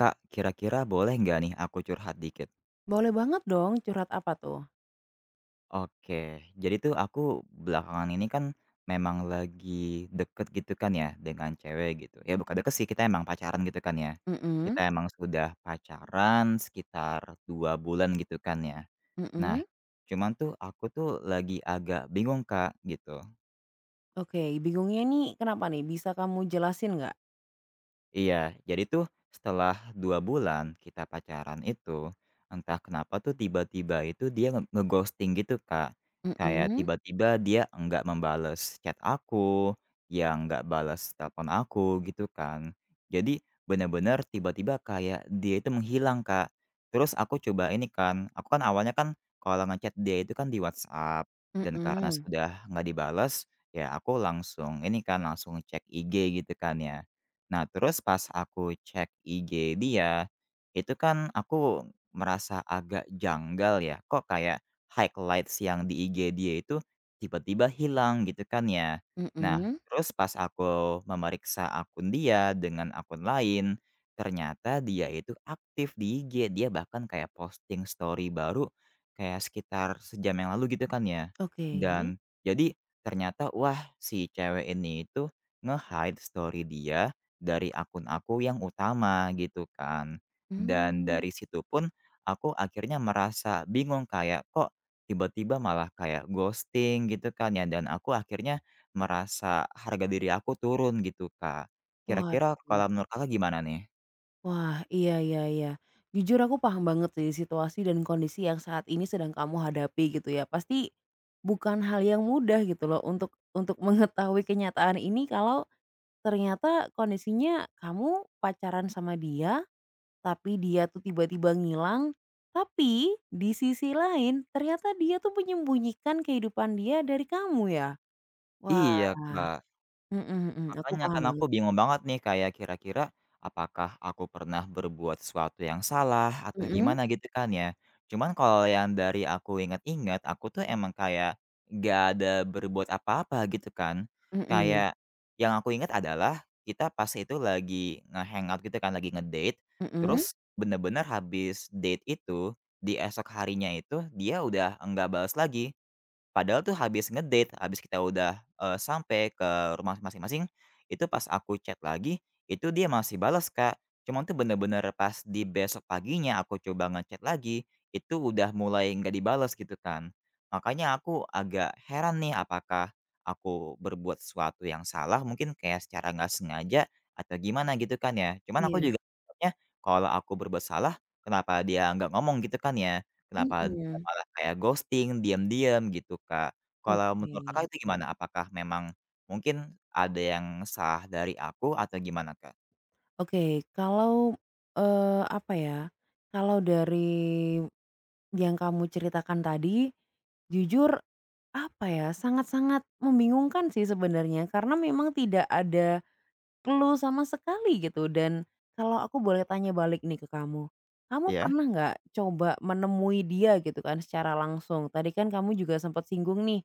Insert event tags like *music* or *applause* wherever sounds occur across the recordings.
Kak, kira-kira boleh nggak nih aku curhat dikit? Boleh banget dong, curhat apa tuh? Oke, jadi tuh aku belakangan ini kan memang lagi deket gitu kan ya dengan cewek gitu. Ya bukan deket sih, kita emang pacaran gitu kan ya. Mhm, Kita emang sudah pacaran sekitar 2 bulan gitu kan ya. Nah, mhm. cuman tuh aku tuh lagi agak bingung Kak gitu. Oke, bingungnya nih kenapa nih? Bisa kamu jelasin nggak? Iya, jadi tuh setelah 2 bulan kita pacaran itu, entah kenapa tuh tiba-tiba itu dia nge nge gitu, Kak. Kayak Mhm, tiba-tiba dia nggak membales chat aku, dia nggak balas telepon aku gitu kan. Jadi bener-bener tiba-tiba kayak dia itu menghilang, Kak. Terus aku coba ini kan, aku kan awalnya kan kalau ngechat dia itu kan di WhatsApp dan karena mhm, sudah nggak dibales, ya aku langsung ini kan, langsung cek IG gitu kan ya. Nah, terus pas aku cek IG dia, itu kan aku merasa agak janggal ya, kok kayak highlights yang di IG dia itu tiba-tiba hilang gitu kan ya. Nah, mhm. terus pas aku memeriksa akun dia dengan akun lain, ternyata dia itu aktif di IG. Dia bahkan kayak posting story baru kayak sekitar sejam yang lalu gitu kan ya. Oke. Dan jadi ternyata wah si cewek ini itu nge-hide story dia dari akun aku yang utama gitu kan. Dan Mmm. dari situ pun aku akhirnya merasa bingung kayak kok tiba-tiba malah kayak ghosting gitu kan ya dan aku akhirnya merasa harga diri aku turun gitu, Kak. Kira-kira Waduh. kalau menurut Kakak gimana nih? Wah, iya iya iya. Jujur aku paham banget sih situasi dan kondisi yang saat ini sedang kamu hadapi gitu ya. Pasti bukan hal yang mudah gitu loh untuk mengetahui kenyataan ini kalau ternyata kondisinya kamu pacaran sama dia. Tapi dia tuh tiba-tiba ngilang, tapi di sisi lain ternyata dia tuh menyembunyikan kehidupan dia dari kamu ya? Wah, Iya, Kak. mhm mhm, aku Makanya paham kan banget. aku bingung banget nih kayak kira-kira apakah aku pernah berbuat sesuatu yang salah atau Mhm gimana gitu kan ya. Cuman kalau yang dari aku ingat-ingat aku tuh emang kayak gak ada berbuat apa-apa gitu kan. mhm Kayak yang aku ingat adalah kita pas itu lagi ngehangout gitu kan, lagi ngedate. mhm, Terus bener-bener habis date itu di esok harinya itu dia udah enggak balas lagi. Padahal tuh habis ngedate, habis kita udah, sampai ke rumah masing-masing, itu pas aku chat lagi, itu dia masih balas, Kak. Cuman tuh bener-bener pas di besok paginya aku coba nge-chat lagi, itu udah mulai nggak dibalas gitu kan. Makanya aku agak heran nih apakah aku berbuat sesuatu yang salah mungkin kayak secara nggak sengaja atau gimana gitu kan ya. Cuman aku iya, juga takutnya kalau aku berbuat salah, kenapa dia nggak ngomong gitu kan ya. Kenapa dia mhm, malah kayak ghosting, diam-diam gitu, Kak. Kalau oke. menurut Kakak itu gimana? Apakah memang mungkin ada yang salah dari aku atau gimana, Kak? Oke, kalau, apa ya, kalau dari yang kamu ceritakan tadi, jujur apa ya, sangat-sangat membingungkan sih sebenarnya karena memang tidak ada perlu sama sekali gitu. Dan kalau aku boleh tanya balik nih ke kamu, kamu Iya? pernah nggak coba menemui dia gitu kan secara langsung? Tadi kan kamu juga sempat singgung nih,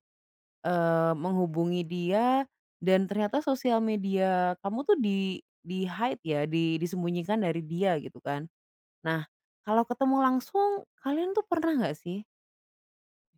menghubungi dia dan ternyata sosial media kamu tuh di-hide ya, disembunyikan dari dia gitu kan. Nah, kalau ketemu langsung kalian tuh pernah nggak sih?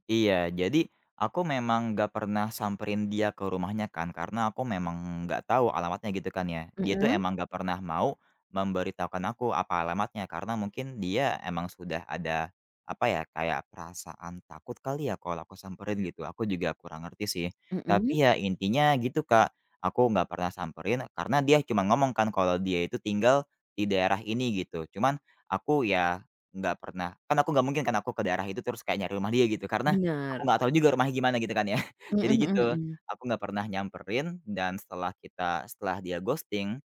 Iya, jadi aku memang gak pernah samperin dia ke rumahnya kan, karena aku memang nggak tahu alamatnya gitu kan ya. Dia tuh Mm-mm, emang gak pernah mau memberitahukan aku apa alamatnya, karena mungkin dia emang sudah ada apa ya, kayak perasaan takut kali ya kalau aku samperin gitu. Aku juga kurang ngerti sih. mm-mm, Tapi ya intinya gitu, Kak, aku nggak pernah samperin karena dia cuma ngomong kan kalau dia itu tinggal di daerah ini gitu. Cuman aku ya nggak pernah kan aku nggak mungkin kan aku ke daerah itu terus kayak nyari rumah dia gitu karena aku benar nggak tahu juga rumahnya gimana gitu kan ya. mhm, *laughs* Jadi bener. Mhm gitu, mhm mhm. aku nggak pernah nyamperin dan setelah kita setelah dia ghosting,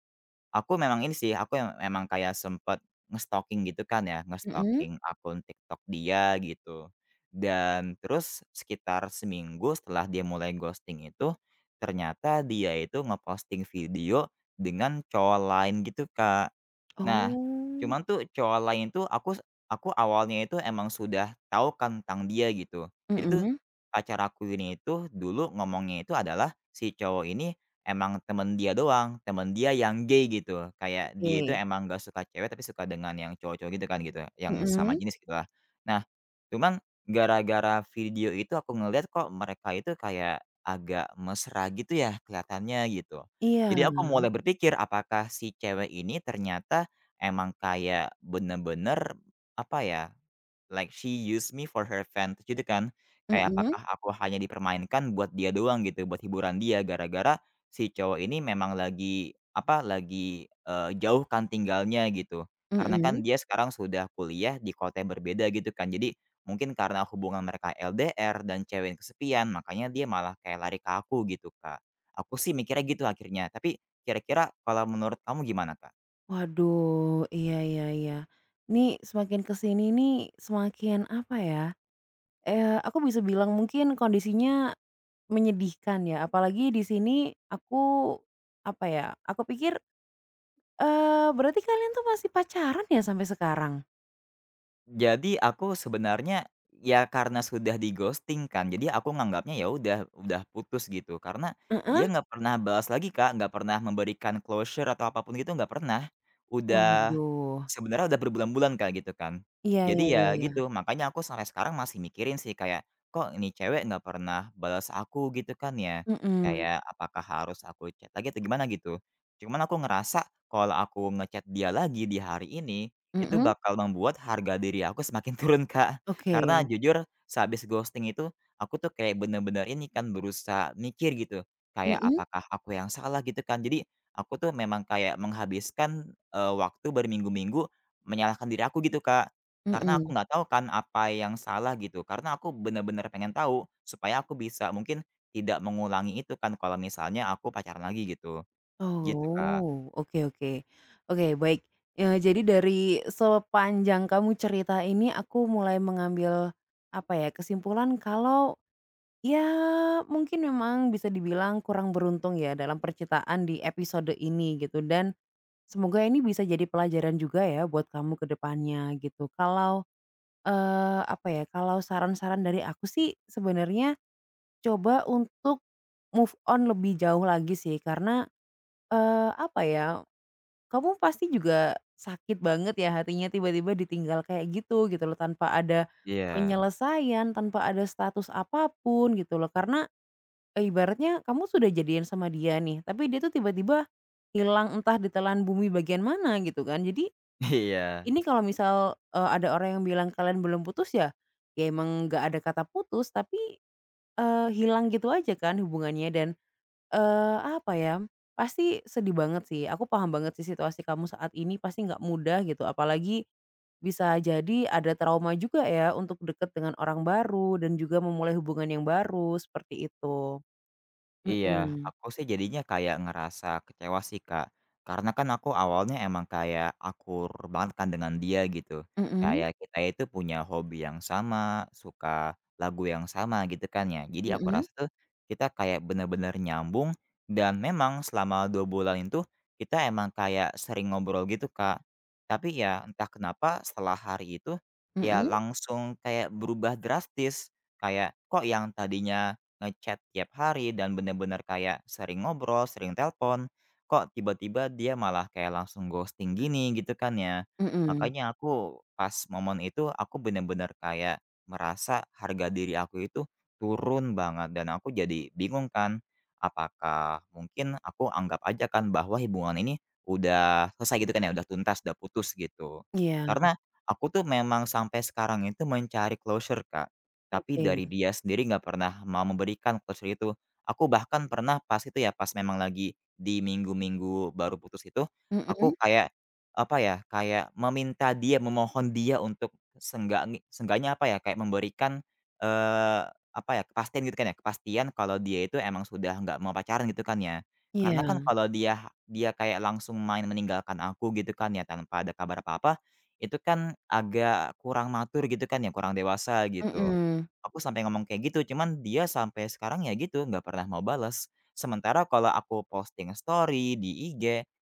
aku memang ini sih, aku yang emang kayak sempet ngestalking gitu kan ya, Mhm. ngestalking akun TikTok dia gitu. Dan terus sekitar seminggu setelah dia mulai ghosting itu, ternyata dia itu ngeposting video dengan cowok lain gitu, Kak. Nah, Oh. cuman tuh cowok lain tuh aku awalnya itu emang sudah tahu kan tentang dia gitu. Jadi tuh Mhm. pacar aku ini itu dulu ngomongnya itu adalah si cowok ini emang temen dia doang, temen dia yang gay gitu. Kayak dia itu Oke. emang nggak suka cewek tapi suka dengan yang cowok-cowok gitu kan gitu, yang sama Mhm. jenis gitulah. Nah, cuman gara-gara video itu aku ngeliat kok mereka itu kayak agak mesra gitu ya kelihatannya gitu. Jadi Iya. aku mulai berpikir apakah si cewek ini ternyata emang kayak bener-bener, apa ya, like she used me for her advantage gitu kan. Kayak Mhm apakah aku hanya dipermainkan buat dia doang gitu, buat hiburan dia, gara-gara si cowok ini memang lagi, apa, lagi, jauh kan tinggalnya gitu. Karena mhm. kan dia sekarang sudah kuliah di kota yang berbeda gitu kan. Jadi mungkin karena hubungan mereka LDR dan cewek yang kesepian, makanya dia malah kayak lari ke aku gitu, Kak. Aku sih mikirnya gitu akhirnya, tapi kira-kira kalau menurut kamu gimana, Kak? Waduh, iya iya iya. Nih semakin ke sini nih semakin apa ya, aku bisa bilang mungkin kondisinya menyedihkan ya, apalagi di sini aku, apa ya, aku pikir, berarti kalian tuh masih pacaran ya sampai sekarang? Jadi aku sebenarnya, ya karena sudah di-ghosting kan, jadi aku nganggapnya ya udah putus gitu. Karena Heeh. dia nggak pernah balas lagi, Kak, nggak pernah memberikan closure atau apapun gitu nggak pernah. Udah Waduh, sebenarnya udah berbulan-bulan, Kak, gitu kan. iya iya Jadi iya ya iya, gitu, makanya aku sampai sekarang masih mikirin sih kayak, "Kok ini cewek nggak pernah balas aku?" Gitu kan ya. mhm, Kayak apakah harus aku chat lagi atau gimana gitu. Cuman aku ngerasa kalau aku ngechat dia lagi di hari ini mhm itu mhm. bakal membuat harga diri aku semakin *laughs* turun, Kak. Oke. Karena jujur sehabis ghosting itu, aku tuh kayak bener-bener ini kan berusaha mikir gitu, kayak Mhm apakah aku yang salah gitu kan. Jadi aku tuh memang kayak menghabiskan, waktu berminggu-minggu menyalahkan diri aku gitu, Kak. Karena aku mhm. nggak tahu kan apa yang salah gitu, karena aku bener-bener pengen tahu supaya aku bisa mungkin tidak mengulangi itu kan kalau misalnya aku pacaran lagi gitu. Gitu, Kak. Oh, oke oke. Oke, baik. Jadi dari sepanjang kamu cerita ini aku mulai mengambil, apa ya, kesimpulan kalau, ya mungkin memang bisa dibilang kurang beruntung ya dalam percintaan di episode ini gitu dan semoga ini bisa jadi pelajaran juga ya buat kamu ke depannya gitu. Kalau, apa ya, kalau saran-saran dari aku sih sebenarnya coba untuk move on lebih jauh lagi sih karena, apa ya, kamu pasti juga sakit banget ya hatinya tiba-tiba ditinggal kayak gitu, gitu loh, tanpa ada Iya. penyelesaian, tanpa ada status apapun gitu loh. Karena, ibaratnya kamu sudah jadian sama dia nih, tapi dia tuh tiba-tiba hilang entah ditelan bumi bagian mana gitu kan. Jadi *laughs* Iya. ini kalau misal, ada orang yang bilang kalian belum putus ya, ya emang nggak ada kata putus tapi, hilang gitu aja kan hubungannya dan apa ya, pasti sedih banget sih, aku paham banget sih situasi kamu saat ini pasti nggak mudah gitu, apalagi bisa jadi ada trauma juga ya untuk deket dengan orang baru dan juga memulai hubungan yang baru, seperti itu. Iya, Mhm. aku sih jadinya kayak ngerasa kecewa sih, Kak. Karena kan aku awalnya emang kayak akur banget kan dengan dia gitu. Mhm Kayak kita itu punya hobi yang sama, suka lagu yang sama gitu kan ya. Jadi aku mhm rasa tuh kita kayak bener-bener nyambung dan memang selama 2 bulan itu kita emang kayak sering ngobrol gitu, Kak. Tapi ya entah kenapa setelah hari itu ya mhm langsung kayak berubah drastis. Kayak kok yang tadinya ngechat tiap hari dan bener-bener kayak sering ngobrol, sering telepon, kok tiba-tiba dia malah kayak langsung ghosting gini gitu kan ya. mhm. Makanya aku pas momen itu aku bener-bener kayak merasa harga diri aku itu turun banget dan aku jadi bingung kan apakah mungkin aku anggap aja kan bahwa hubungan ini udah selesai gitu kan ya, udah tuntas, udah putus gitu. Iya, Karena aku tuh memang sampai sekarang itu mencari closure, Kak. Tapi dari oke. dia sendiri nggak pernah mau memberikan voucher itu. Aku bahkan pernah pas itu ya, pas memang lagi di minggu-minggu baru putus itu, Mhm, aku kayak, apa ya, kayak meminta dia, memohon dia untuk seenggaknya seenggaknya apa ya, kayak memberikan, eee, apa ya, kepastian gitu kan ya, kepastian kalau dia itu emang sudah nggak mau pacaran gitu kan ya. Karena kan iya, kalau dia dia kayak langsung main meninggalkan aku gitu kan ya, tanpa ada kabar apa-apa, itu kan agak kurang matur gitu kan ya, kurang dewasa gitu. mhm. Aku sampai ngomong kayak gitu, cuman dia sampai sekarang ya gitu, nggak pernah mau bales. Sementara kalau aku posting story di IG,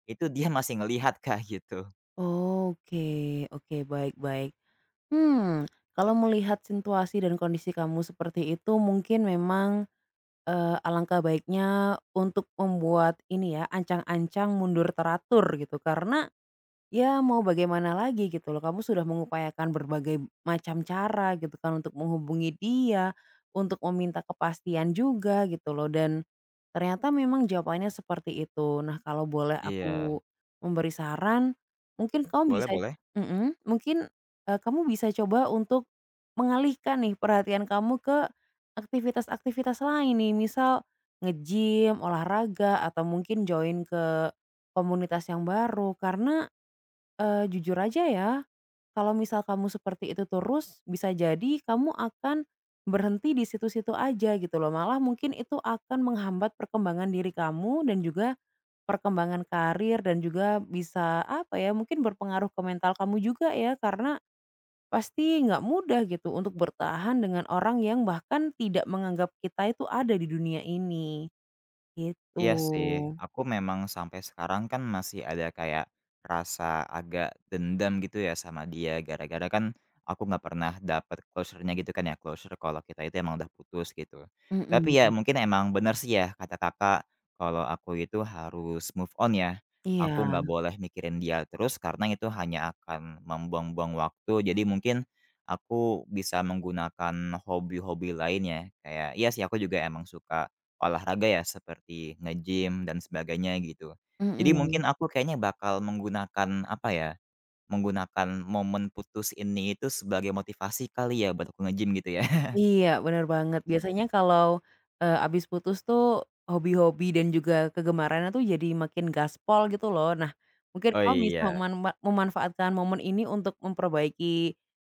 itu dia masih ngelihat *laughs* Kak, gitu. Oke oke, baik baik. Hmm, kalau melihat situasi dan kondisi kamu seperti itu mungkin memang alangkah baiknya untuk membuat ini ya, ancang-ancang mundur teratur gitu, karena ya mau bagaimana lagi gitu loh, kamu sudah mengupayakan berbagai macam cara gitu kan untuk menghubungi dia, untuk meminta kepastian juga gitu loh dan ternyata memang jawabannya seperti itu. Nah kalau boleh Iya, aku memberi saran, mungkin kamu boleh bisa boleh. mhm, mungkin, kamu bisa coba untuk mengalihkan nih perhatian kamu ke aktivitas-aktivitas lain nih, misal nge-gym, olahraga, atau mungkin join ke komunitas yang baru karena jujur aja ya, kalau misal kamu seperti itu terus, bisa jadi kamu akan berhenti di situ-situ aja gitu loh, malah mungkin itu akan menghambat perkembangan diri kamu dan juga perkembangan karir dan juga bisa, apa ya, mungkin berpengaruh ke mental kamu juga ya, karena pasti nggak mudah gitu untuk bertahan dengan orang yang bahkan tidak menganggap kita itu ada di dunia ini, gitu. Iya sih, aku memang sampai sekarang kan masih ada kayak rasa agak dendam gitu ya sama dia gara-gara kan aku nggak pernah dapet closure-nya gitu kan ya, closure kalau kita itu emang udah putus gitu. Tapi ya Mhm, mungkin emang benar sih ya kata Kakak, kalau aku itu harus move on ya. Aku nggak iya, boleh mikirin dia terus karena itu hanya akan membuang-buang waktu. Jadi mungkin aku bisa menggunakan hobi-hobi lain ya. Kayak iya sih aku juga emang suka olahraga ya seperti nge-gym dan sebagainya gitu. Jadi mhm. mungkin aku kayaknya bakal menggunakan apa ya, menggunakan momen putus ini itu sebagai motivasi kali ya buat aku nge-gym gitu ya. *laughs* Iya, bener banget. Biasanya kalau, habis putus tuh hobi-hobi dan juga kegemarannya tuh jadi makin gaspol gitu loh. Nah, mungkin Oh kamu bisa iya, memanfaatkan momen ini untuk memperbaiki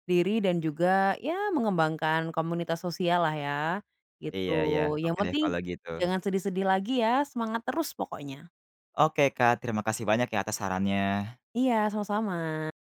diri dan juga ya mengembangkan komunitas sosial lah ya, gitu. iya iya, Yang oke deh penting kalau gitu. jangan sedih-sedih lagi ya, semangat terus pokoknya. Oke Kak, terima kasih banyak ya atas sarannya. Iya, sama-sama.